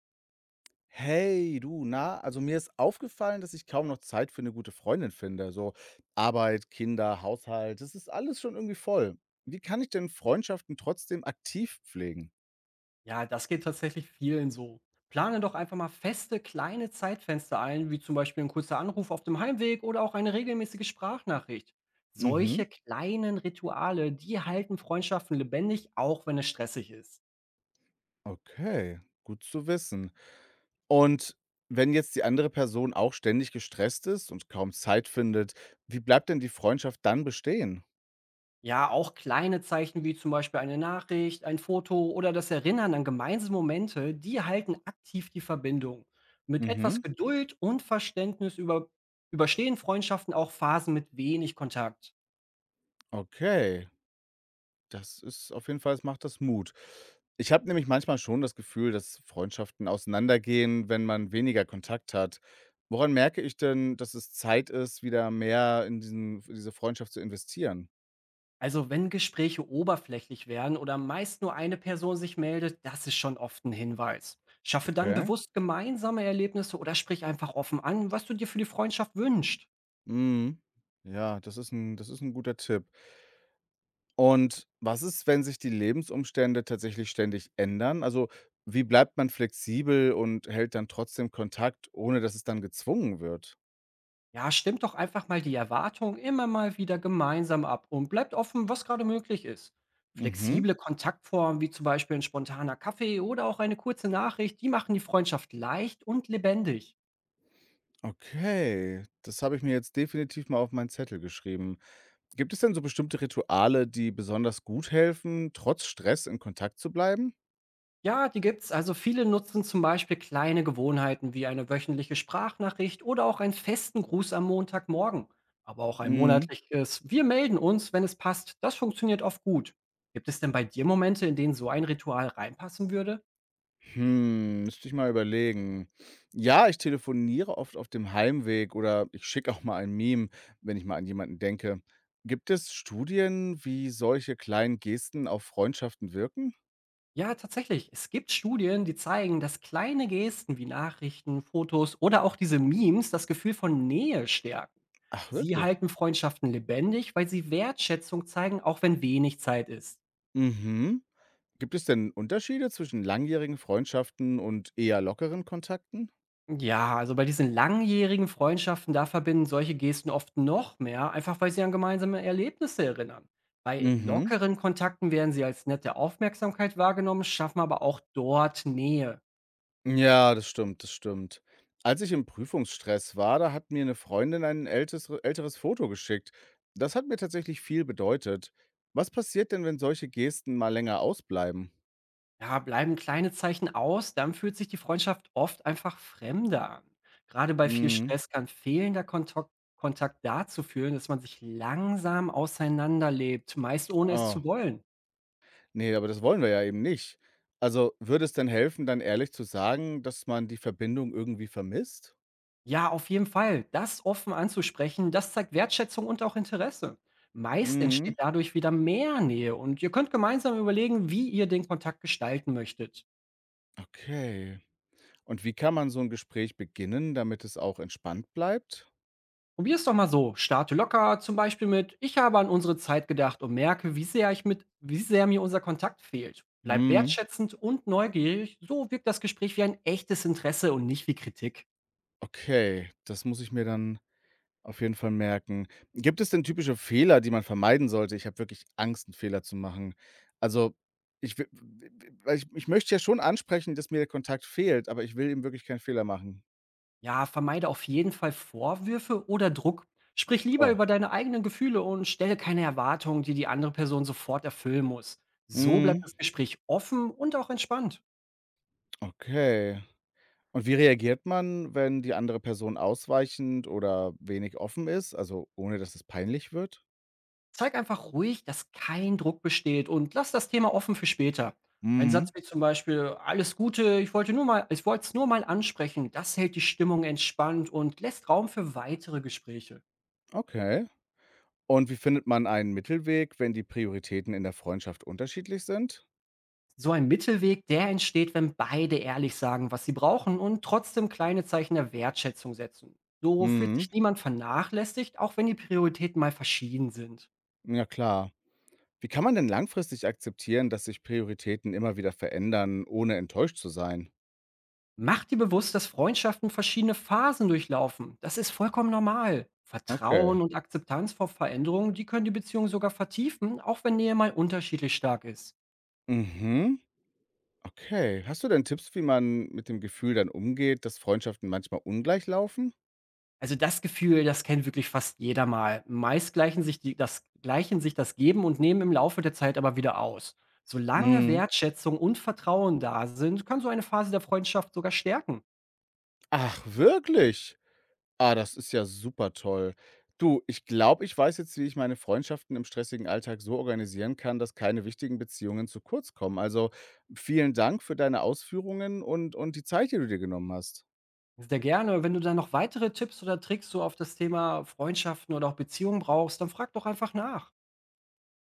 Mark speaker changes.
Speaker 1: Hey, du, na, also mir ist aufgefallen, dass ich kaum noch Zeit für eine gute Freundin finde. So Arbeit, Kinder, Haushalt, das ist alles schon irgendwie voll. Wie kann ich denn Freundschaften trotzdem aktiv pflegen?
Speaker 2: Ja, das geht tatsächlich vielen so. Plane doch einfach mal feste kleine Zeitfenster ein, wie zum Beispiel ein kurzer Anruf auf dem Heimweg oder auch eine regelmäßige Sprachnachricht.
Speaker 1: Mhm,
Speaker 2: Solche kleinen Rituale, die halten Freundschaften lebendig, auch wenn es stressig ist.
Speaker 1: okay, gut zu wissen. Und wenn jetzt die andere Person auch ständig gestresst ist und kaum Zeit findet, wie bleibt denn die Freundschaft dann bestehen?
Speaker 2: Ja, auch kleine Zeichen wie zum Beispiel eine Nachricht, ein Foto oder das Erinnern an gemeinsame Momente, die halten aktiv die Verbindung. Mit etwas
Speaker 1: Mhm,
Speaker 2: Geduld und Verständnis überstehen Freundschaften auch Phasen mit wenig Kontakt.
Speaker 1: okay. Das ist auf jeden Fall, es macht das Mut. Ich habe nämlich manchmal schon das Gefühl, dass Freundschaften auseinandergehen, wenn man weniger Kontakt hat. Woran merke ich denn, dass es Zeit ist, wieder mehr in diese Freundschaft zu investieren?
Speaker 2: Also wenn Gespräche oberflächlich werden oder meist nur eine Person sich meldet, das ist schon oft ein Hinweis. Schaffe dann
Speaker 1: Okay.
Speaker 2: bewusst gemeinsame Erlebnisse oder sprich einfach offen an, was du dir für die Freundschaft wünschst.
Speaker 1: Mhm. Ja, das ist ein guter Tipp. Und was ist, wenn sich die Lebensumstände tatsächlich ständig ändern? Also, wie bleibt man flexibel und hält dann trotzdem Kontakt, ohne dass es dann gezwungen wird?
Speaker 2: Ja, stimmt doch einfach mal die Erwartung immer mal wieder gemeinsam ab und bleibt offen, was gerade möglich ist.
Speaker 1: Mhm.
Speaker 2: Flexible Kontaktformen wie zum Beispiel ein spontaner Kaffee oder auch eine kurze Nachricht, die machen die Freundschaft leicht und lebendig.
Speaker 1: Okay, das habe ich mir jetzt definitiv mal auf meinen Zettel geschrieben. Gibt es denn so bestimmte Rituale, die besonders gut helfen, trotz Stress in Kontakt zu bleiben?
Speaker 2: Ja, die gibt's. Also viele nutzen zum Beispiel kleine Gewohnheiten wie eine wöchentliche Sprachnachricht oder auch einen festen Gruß am Montagmorgen. Aber auch ein
Speaker 1: Mhm.
Speaker 2: monatliches „Wir melden uns, wenn es passt" das funktioniert oft gut. Gibt es denn bei dir Momente, in denen so ein Ritual reinpassen würde?
Speaker 1: Hm, müsste ich mal überlegen. Ja, ich telefoniere oft auf dem Heimweg oder ich schicke auch mal ein Meme, wenn ich mal an jemanden denke. Gibt es Studien, wie solche kleinen Gesten auf Freundschaften wirken?
Speaker 2: Ja, tatsächlich. Es gibt Studien, die zeigen, dass kleine Gesten wie Nachrichten, Fotos oder auch diese Memes das Gefühl von Nähe stärken.
Speaker 1: Ach,
Speaker 2: Sie
Speaker 1: wirklich?
Speaker 2: halten Freundschaften lebendig, weil sie Wertschätzung zeigen, auch wenn wenig Zeit ist.
Speaker 1: Mhm. Gibt es denn Unterschiede zwischen langjährigen Freundschaften und eher lockeren Kontakten?
Speaker 2: Ja, also bei diesen langjährigen Freundschaften, da verbinden solche Gesten oft noch mehr, einfach weil sie an gemeinsame Erlebnisse erinnern. Bei
Speaker 1: Mhm.
Speaker 2: lockeren Kontakten werden sie als nette Aufmerksamkeit wahrgenommen, schaffen aber auch dort Nähe.
Speaker 1: Ja, das stimmt, das stimmt. Als ich im Prüfungsstress war, da hat mir eine Freundin ein ältes älteres Foto geschickt. Das hat mir tatsächlich viel bedeutet. Was passiert denn, wenn solche Gesten mal länger ausbleiben?
Speaker 2: Ja, bleiben kleine Zeichen aus, dann fühlt sich die Freundschaft oft einfach fremder an. Gerade bei viel
Speaker 1: Mhm.
Speaker 2: Stress kann fehlender Kontakt dazu führen, dass man sich langsam auseinanderlebt, meist ohne es
Speaker 1: Ah.
Speaker 2: zu wollen.
Speaker 1: Ne, aber das wollen wir ja eben nicht. Also, würde es denn helfen, dann ehrlich zu sagen, dass man die Verbindung irgendwie vermisst?
Speaker 2: Ja, auf jeden Fall. Das offen anzusprechen, das zeigt Wertschätzung und auch Interesse. Meist
Speaker 1: Mhm.
Speaker 2: entsteht dadurch wieder mehr Nähe und ihr könnt gemeinsam überlegen, wie ihr den Kontakt gestalten möchtet.
Speaker 1: Okay. Und wie kann man so ein Gespräch beginnen, damit es auch entspannt bleibt?
Speaker 2: Probier es doch mal so. Starte locker, zum Beispiel mit: „Ich habe an unsere Zeit gedacht und merke, wie sehr mir unser Kontakt fehlt." Bleib
Speaker 1: Mhm.
Speaker 2: wertschätzend und neugierig. So wirkt das Gespräch wie ein echtes Interesse und nicht wie Kritik.
Speaker 1: Okay, das muss ich mir dann auf jeden Fall merken. Gibt es denn typische Fehler, die man vermeiden sollte? Ich habe wirklich Angst, 'n Fehler zu machen. Also, ich wi w w weil ich ich möchte ja schon ansprechen, dass mir der Kontakt fehlt, aber ich will eben wirklich keinen Fehler machen.
Speaker 2: Ja, vermeide auf jeden Fall Vorwürfe oder Druck. Sprich lieber
Speaker 1: Oh.
Speaker 2: über deine eigenen Gefühle und stelle keine Erwartungen, die die andere Person sofort erfüllen muss. So
Speaker 1: Mhm.
Speaker 2: bleibt das Gespräch offen und auch entspannt.
Speaker 1: Okay. Und wie reagiert man, wenn die andere Person ausweichend oder wenig offen ist, also ohne dass es peinlich wird?
Speaker 2: Zeig einfach ruhig, dass kein Druck besteht und lass das Thema offen für später. Ein
Speaker 1: Mhm.
Speaker 2: Satz wie zum Beispiel: „Alles Gute, ich wollte es nur mal ansprechen", das hält die Stimmung entspannt und lässt Raum für weitere Gespräche.
Speaker 1: Okay. Und wie findet man einen Mittelweg, wenn die Prioritäten in der Freundschaft unterschiedlich sind?
Speaker 2: So ein Mittelweg, der entsteht, wenn beide ehrlich sagen, was sie brauchen und trotzdem kleine Zeichen der Wertschätzung setzen. So fühlt
Speaker 1: Mhm.
Speaker 2: sich niemand vernachlässigt, auch wenn die Prioritäten mal verschieden sind.
Speaker 1: Ja, klar. Wie kann man denn langfristig akzeptieren, dass sich Prioritäten immer wieder verändern, ohne enttäuscht zu sein?
Speaker 2: Mach dir bewusst, dass Freundschaften verschiedene Phasen durchlaufen. Das ist vollkommen normal. Vertrauen
Speaker 1: Okay.
Speaker 2: und Akzeptanz vor Veränderungen, die können die Beziehung sogar vertiefen, auch wenn Nähe mal unterschiedlich stark ist.
Speaker 1: Mhm. Okay. Hast du denn Tipps, wie man mit dem Gefühl dann umgeht, dass Freundschaften manchmal ungleich laufen?
Speaker 2: Also, das Gefühl, das kennt wirklich fast jeder mal. Meist gleichen sich das Geben und Nehmen im Laufe der Zeit aber wieder aus. Solange
Speaker 1: Mhm.
Speaker 2: Wertschätzung und Vertrauen da sind, kann so eine Phase der Freundschaft sogar stärken.
Speaker 1: Ach, wirklich? Ah, das ist ja super toll. Du, ich glaube, ich weiß jetzt, wie ich meine Freundschaften im stressigen Alltag so organisieren kann, dass keine wichtigen Beziehungen zu kurz kommen. Also vielen Dank für deine Ausführungen und die Zeit, die du dir genommen hast.
Speaker 2: Sehr gerne. Wenn du da noch weitere Tipps oder Tricks so auf das Thema Freundschaften oder auch Beziehungen brauchst, dann frag doch einfach nach.